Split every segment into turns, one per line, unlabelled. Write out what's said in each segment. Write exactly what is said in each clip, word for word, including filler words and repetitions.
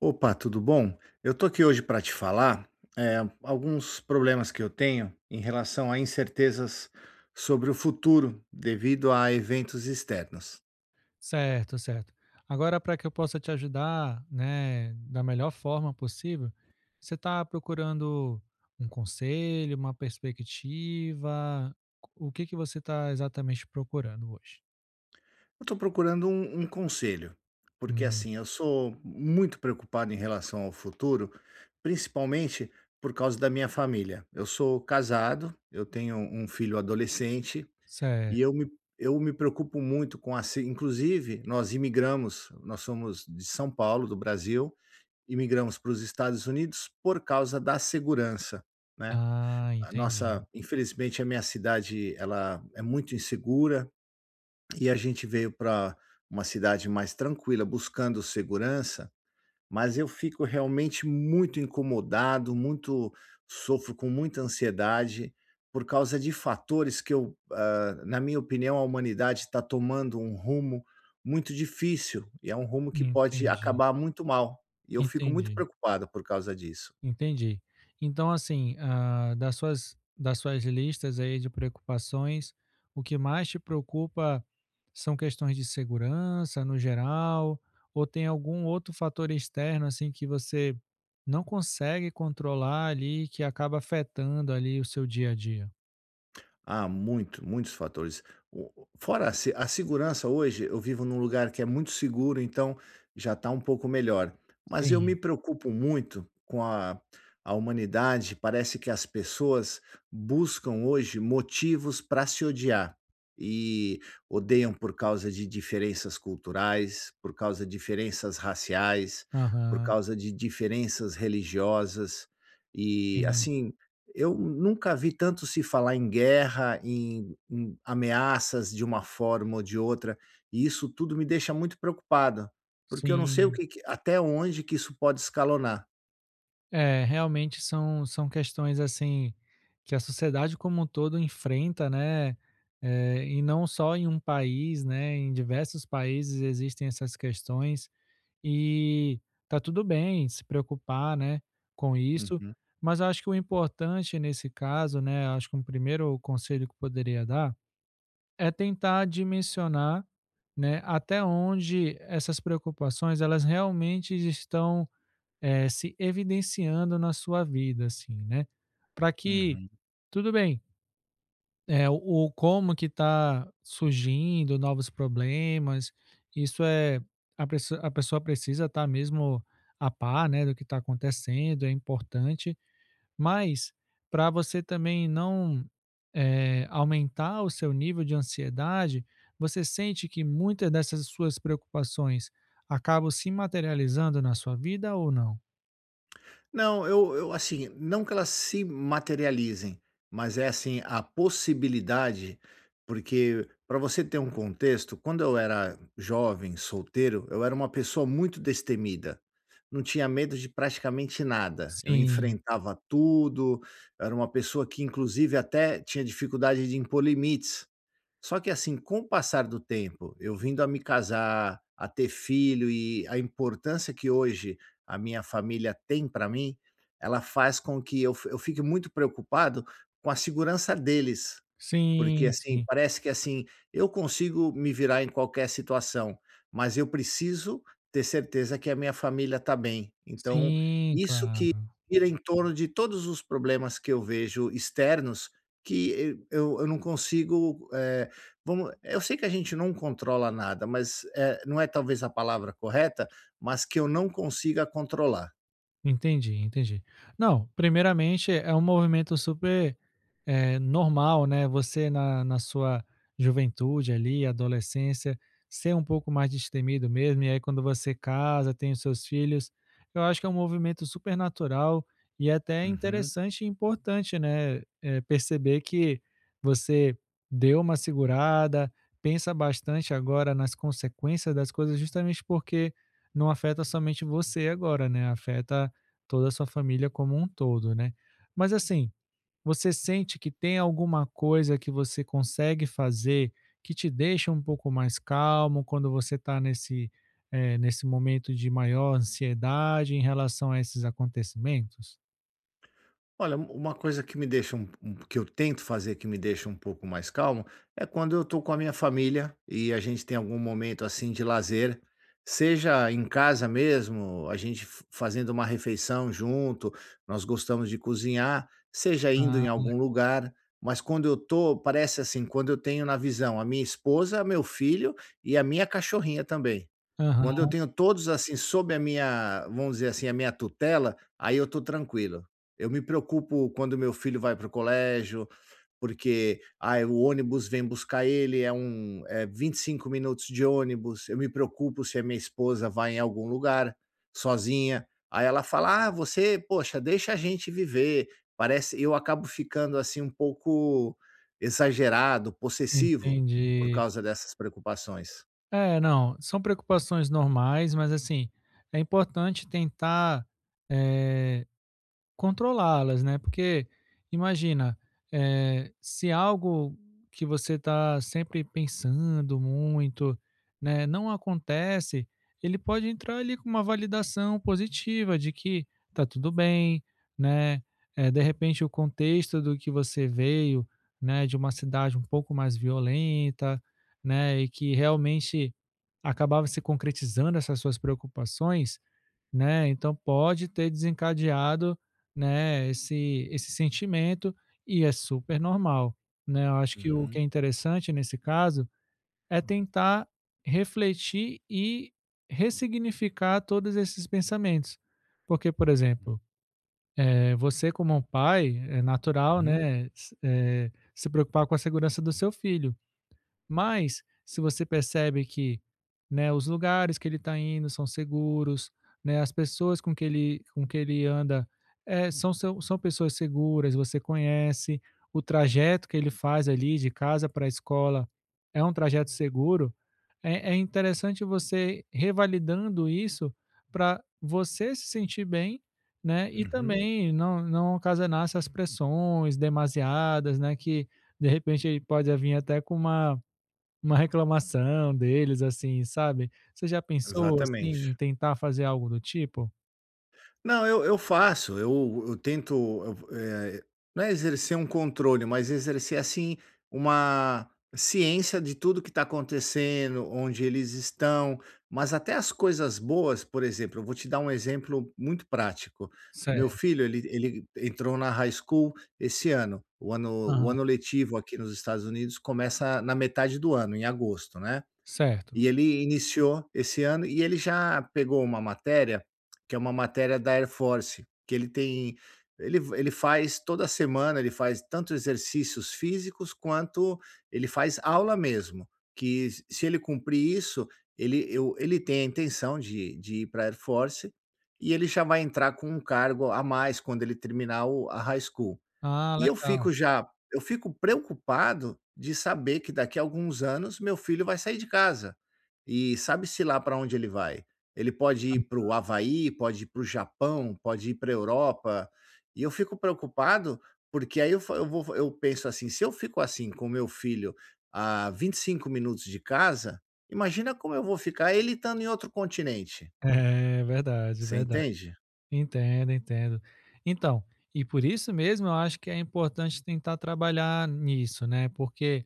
Opa, tudo bom? Eu tô aqui hoje para te falar, eh, alguns problemas que eu tenho em relação a incertezas sobre o futuro devido a eventos externos.
Certo, certo. Agora, para que eu possa te ajudar, né, da melhor forma possível, você está procurando um conselho, uma perspectiva? O que que você está exatamente procurando hoje?
Eu tô procurando um, um conselho, porque
Hum,
assim, eu sou muito preocupado em relação ao futuro, principalmente por causa da minha família. Eu sou casado, eu tenho um filho adolescente e
certo.
eu me eu me preocupo muito com a, se- Inclusive, nós imigramos, nós somos de São Paulo, do Brasil, imigramos para os Estados Unidos por causa da segurança, né.
Ah,
A
entendi.
nossa infelizmente a minha cidade ela é muito insegura, e a gente veio para uma cidade mais tranquila buscando segurança, mas eu fico realmente muito incomodado, muito sofro com muita ansiedade por causa de fatores que eu, ah, na minha opinião, a humanidade está tomando um rumo muito difícil e é um rumo que pode
Entendi,
acabar muito mal. E eu fico muito
entendi.
preocupado por causa disso.
Entendi. Então, assim, ah, das suas, das suas listas aí de preocupações, o que mais te preocupa são questões de segurança no geral, ou tem algum outro fator externo assim que você não consegue controlar ali que acaba afetando ali o seu dia a dia?
Ah, muito, muitos fatores. O- Fora a, se- a segurança, hoje eu vivo num lugar que é muito seguro, então já está um pouco melhor. Mas eu me
Sim.
preocupo muito com a, a humanidade. Parece que as pessoas buscam hoje motivos para se odiar e odeiam por causa de diferenças culturais, por causa de diferenças raciais, por
Aham,
causa de diferenças religiosas. E
sim,
assim, eu nunca vi tanto se falar em guerra, em em ameaças de uma forma ou de outra, e isso tudo me deixa muito preocupado, porque eu não sei o
sim.
que que até onde que isso pode escalonar.
É, realmente são são questões, assim, que a sociedade como um todo enfrenta, né, eh, e não só em um país, né, em diversos países existem essas questões e tá tudo bem se preocupar, né, com isso,
Uhum,
mas eu acho que o importante nesse caso, né, eu acho que um primeiro conselho que eu poderia dar é tentar dimensionar, né, até onde essas preocupações elas realmente estão eh, se evidenciando na sua vida, assim, né? Para que,
uhum.
tudo bem, é, o, o como que está surgindo novos problemas, isso é, a, presso- a pessoa precisa estar mesmo a par, né, do que está acontecendo, é importante, mas para você também não eh, aumentar o seu nível de ansiedade, você sente que muitas dessas suas preocupações acabam se materializando na sua vida ou não?
Não, eu eu assim, não que elas se materializem, mas é assim, a possibilidade, porque para você ter um contexto, quando eu era jovem, solteiro, eu era uma pessoa muito destemida, não tinha medo de praticamente nada, eu
Sim,
enfrentava tudo, eu era uma pessoa que inclusive até tinha dificuldade de impor limites. Só que assim, com o passar do tempo, eu vindo a me casar, a ter filho e a importância que hoje a minha família tem para mim, ela faz com que eu f eu fique muito preocupado com a segurança deles. Porque,
sim,
assim,
sim.
parece que, assim, eu consigo me virar em qualquer situação, mas eu preciso ter certeza que a minha família está bem. Então,
Sim,
isso que
claro.
gira em torno de todos os problemas que eu vejo externos, que eu eu não consigo, eh, vamos eu sei que a gente não controla nada, mas, eh, não é talvez a palavra correta, mas que eu não consiga controlar.
Entendi, entendi. Não, primeiramente é um movimento super, eh, normal, né, você na na sua juventude ali, adolescência, ser um pouco mais destemido mesmo, e aí quando você casa, tem os seus filhos, eu acho que é um movimento super natural e é até
Uhum.
interessante e importante, né, eh, perceber que você deu uma segurada, pensa bastante agora nas consequências das coisas, justamente porque não afeta somente você agora, né, afeta toda a sua família como um todo, né. Mas assim, você sente que tem alguma coisa que você consegue fazer que te deixa um pouco mais calmo quando você está nesse, eh, nesse momento de maior ansiedade em relação a esses acontecimentos?
Olha, um uma coisa que me deixa um um que eu tento fazer, que me deixa um pouco mais calmo, é quando eu estou com a minha família e a gente tem algum momento, assim, de lazer, seja em casa mesmo, a gente f fazendo uma refeição junto, nós gostamos de cozinhar, seja indo
Ah,
em algum lugar, mas quando eu tô, parece assim, quando eu tenho na visão a minha esposa, meu filho e a minha cachorrinha também. Quando eu
aham,
tenho todos, assim, sob a minha, vamos dizer assim, a minha tutela, aí eu estou tranquilo. Eu me preocupo quando meu filho vai para o colégio, porque, ai, o ônibus vem buscar ele, é um é vinte e cinco minutos de ônibus. Eu me preocupo se a minha esposa vai em algum lugar sozinha, aí ela fala: "Ah, você, poxa, deixa a gente viver". Parece eu acabo ficando, assim, um pouco exagerado, possessivo, por
entendi.
causa dessas preocupações.
É, não, são preocupações normais, mas assim, é importante tentar, eh controlá-las, né, porque imagina, eh, se algo que você está sempre pensando muito, né, não acontece, ele pode entrar ali com uma validação positiva de que tá tudo bem, né, eh, de repente o contexto do que você veio, né, de uma cidade um pouco mais violenta, né, e que realmente acabava se concretizando essas suas preocupações, né, então pode ter desencadeado né, esse esse sentimento, e é super normal, né. Eu acho que o que
Uhum,
é interessante nesse caso é tentar refletir e ressignificar todos esses pensamentos. Porque, por exemplo, eh, você como um pai, é natural,
uhum.
né, se eh, se preocupar com a segurança do seu filho. Mas se você percebe que, né, os lugares que ele está indo são seguros, né, as pessoas com que ele com que ele anda, eh, são são são pessoas seguras, você conhece, o trajeto que ele faz ali de casa para a escola é um trajeto seguro, é é interessante você revalidando isso para você se sentir bem, né, e
Uhum,
também não não ocasionar essas pressões demasiadas, né, que de repente ele pode vir até com uma uma reclamação deles, assim, sabe. Você já pensou, assim, em
exatamente.
tentar fazer algo do tipo?
Não, eu eu faço, eu eu tento, eu, eh, não é exercer um controle, mas exercer, assim, uma ciência de tudo que está acontecendo, onde eles estão, mas até as coisas boas, por exemplo, eu vou te dar um exemplo muito prático. Meu
Certo,
filho, ele ele entrou na high school esse ano, o ano o
aham,
ano letivo aqui nos Estados Unidos começa na metade do ano, em agosto, né.
certo.
E ele iniciou esse ano e ele já pegou uma matéria, que é uma matéria da Air Force, que ele tem ele ele faz toda semana, ele faz tanto exercícios físicos quanto ele faz aula mesmo, que s se ele cumprir isso, ele eu ele tem a intenção de de ir pra Air Force, e ele já vai entrar com um cargo a mais quando ele terminar o a high school.
Ah,
E eu
legal.
fico já eu fico preocupado de saber que daqui a alguns anos meu filho vai sair de casa. E sabe-se lá para onde ele vai. Ele pode ir para o Havaí, pode ir para o Japão, pode ir para a Europa. E eu fico preocupado, porque aí eu fa eu vou eu penso assim, se eu fico assim com meu filho a vinte e cinco minutos de casa, imagina como eu vou ficar ele estando em outro continente,
É, verdade,
você
verdade.
entende?
Entendo, entendo. Então, e por isso mesmo eu acho que é importante tentar trabalhar nisso, né, porque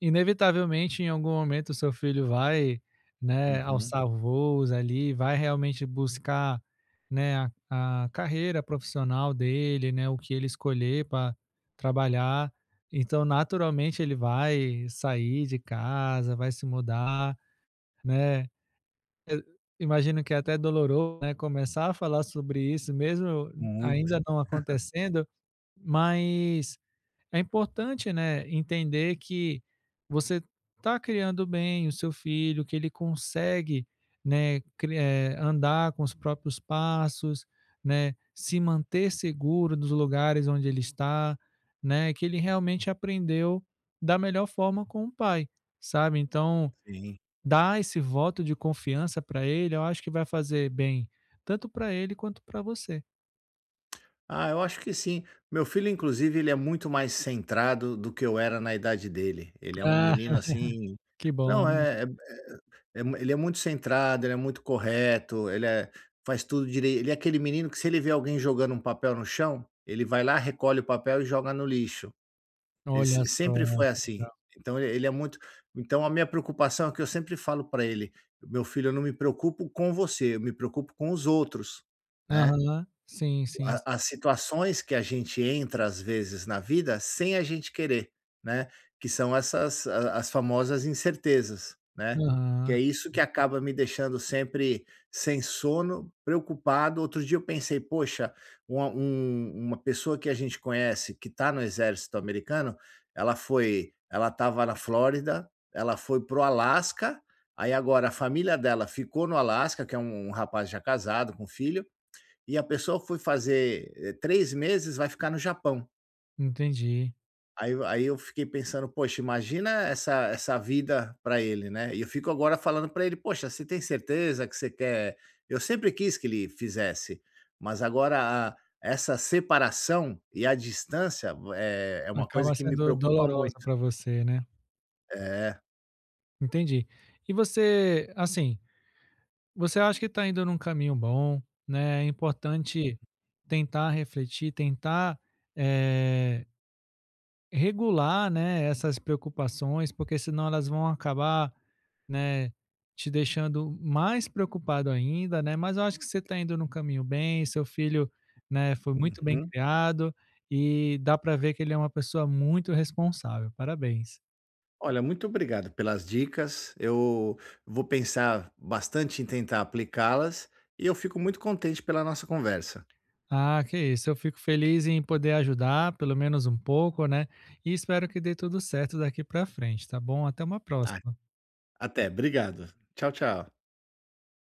inevitavelmente, em algum momento, o seu filho vai, né,
Uhum.
alçar voos ali, vai realmente buscar, né, a, a carreira profissional dele, né, o que ele escolher para trabalhar. Então, naturalmente, ele vai sair de casa, vai se mudar, né? Eu imagino que é até doloroso, né, começar a falar sobre isso, mesmo
Muito,
ainda não acontecendo, mas é importante, né, entender que você está criando bem o seu filho, que ele consegue, né, cri- eh, andar com os próprios passos, né, se manter seguro dos lugares onde ele está, né, que ele realmente aprendeu da melhor forma com o pai, sabe? Então,
sim.
dar esse voto de confiança para ele, eu acho que vai fazer bem tanto para ele quanto para você.
Ah, eu acho que sim. Meu filho, inclusive, ele é muito mais centrado do que eu era na idade dele. Ele é um
Ah,
menino assim.
que bom,
Não,
né?
é, é- é é, mu- ele é muito centrado, ele é muito correto, ele é- faz tudo direito. Ele é aquele menino que, se ele vê alguém jogando um papel no chão, ele vai lá, recolhe o papel e joga no lixo. Ele
Olha
se-
só,
Sempre foi
que
assim.
legal.
Então, ele, ele é muito. Então, a minha preocupação é que eu sempre falo para ele: meu filho, eu não me preocupo com você, eu me preocupo com os outros, né?
Aham. Sim, sim, sim.
a as situações que a gente entra, às vezes, na vida sem a gente querer, né, que são essas a as famosas incertezas, né, que
Aham,
é isso que acaba me deixando sempre sem sono, preocupado. Outro dia eu pensei: "Poxa, uma um uma pessoa que a gente conhece que está no exército americano, ela foi ela estava na Flórida, ela foi pro Alasca, aí agora a família dela ficou no Alasca", que é um um rapaz já casado com filho, e a pessoa foi fazer, eh, três meses, vai ficar no Japão.
entendi.
Aí eu aí eu fiquei pensando: "Poxa, imagina essa essa vida para ele, né". E eu fico agora falando para ele: "Poxa, você tem certeza que você quer", eu sempre quis que ele fizesse, mas agora a essa separação e a distância é é uma coisa
Acaba
que me
sendo
preocupa
dolorosa
muito.
para você, né.
É.
Entendi. E você, assim, você acha que está indo num caminho bom, né, é importante tentar refletir, tentar, eh, regular, né, essas preocupações, porque senão elas vão acabar né, te deixando mais preocupado ainda, né, mas eu acho que você está indo num caminho bem, seu filho, né, foi muito bem
Uhum.
criado e dá para ver que ele é uma pessoa muito responsável. Parabéns.
Olha, muito obrigado pelas dicas. Eu vou pensar bastante em tentar aplicá-las e eu fico muito contente pela nossa conversa.
Ah, que isso. Eu fico feliz em poder ajudar, pelo menos um pouco, né? E espero que dê tudo certo daqui para frente, tá bom? Até uma próxima.
Até, obrigado. Tchau, tchau.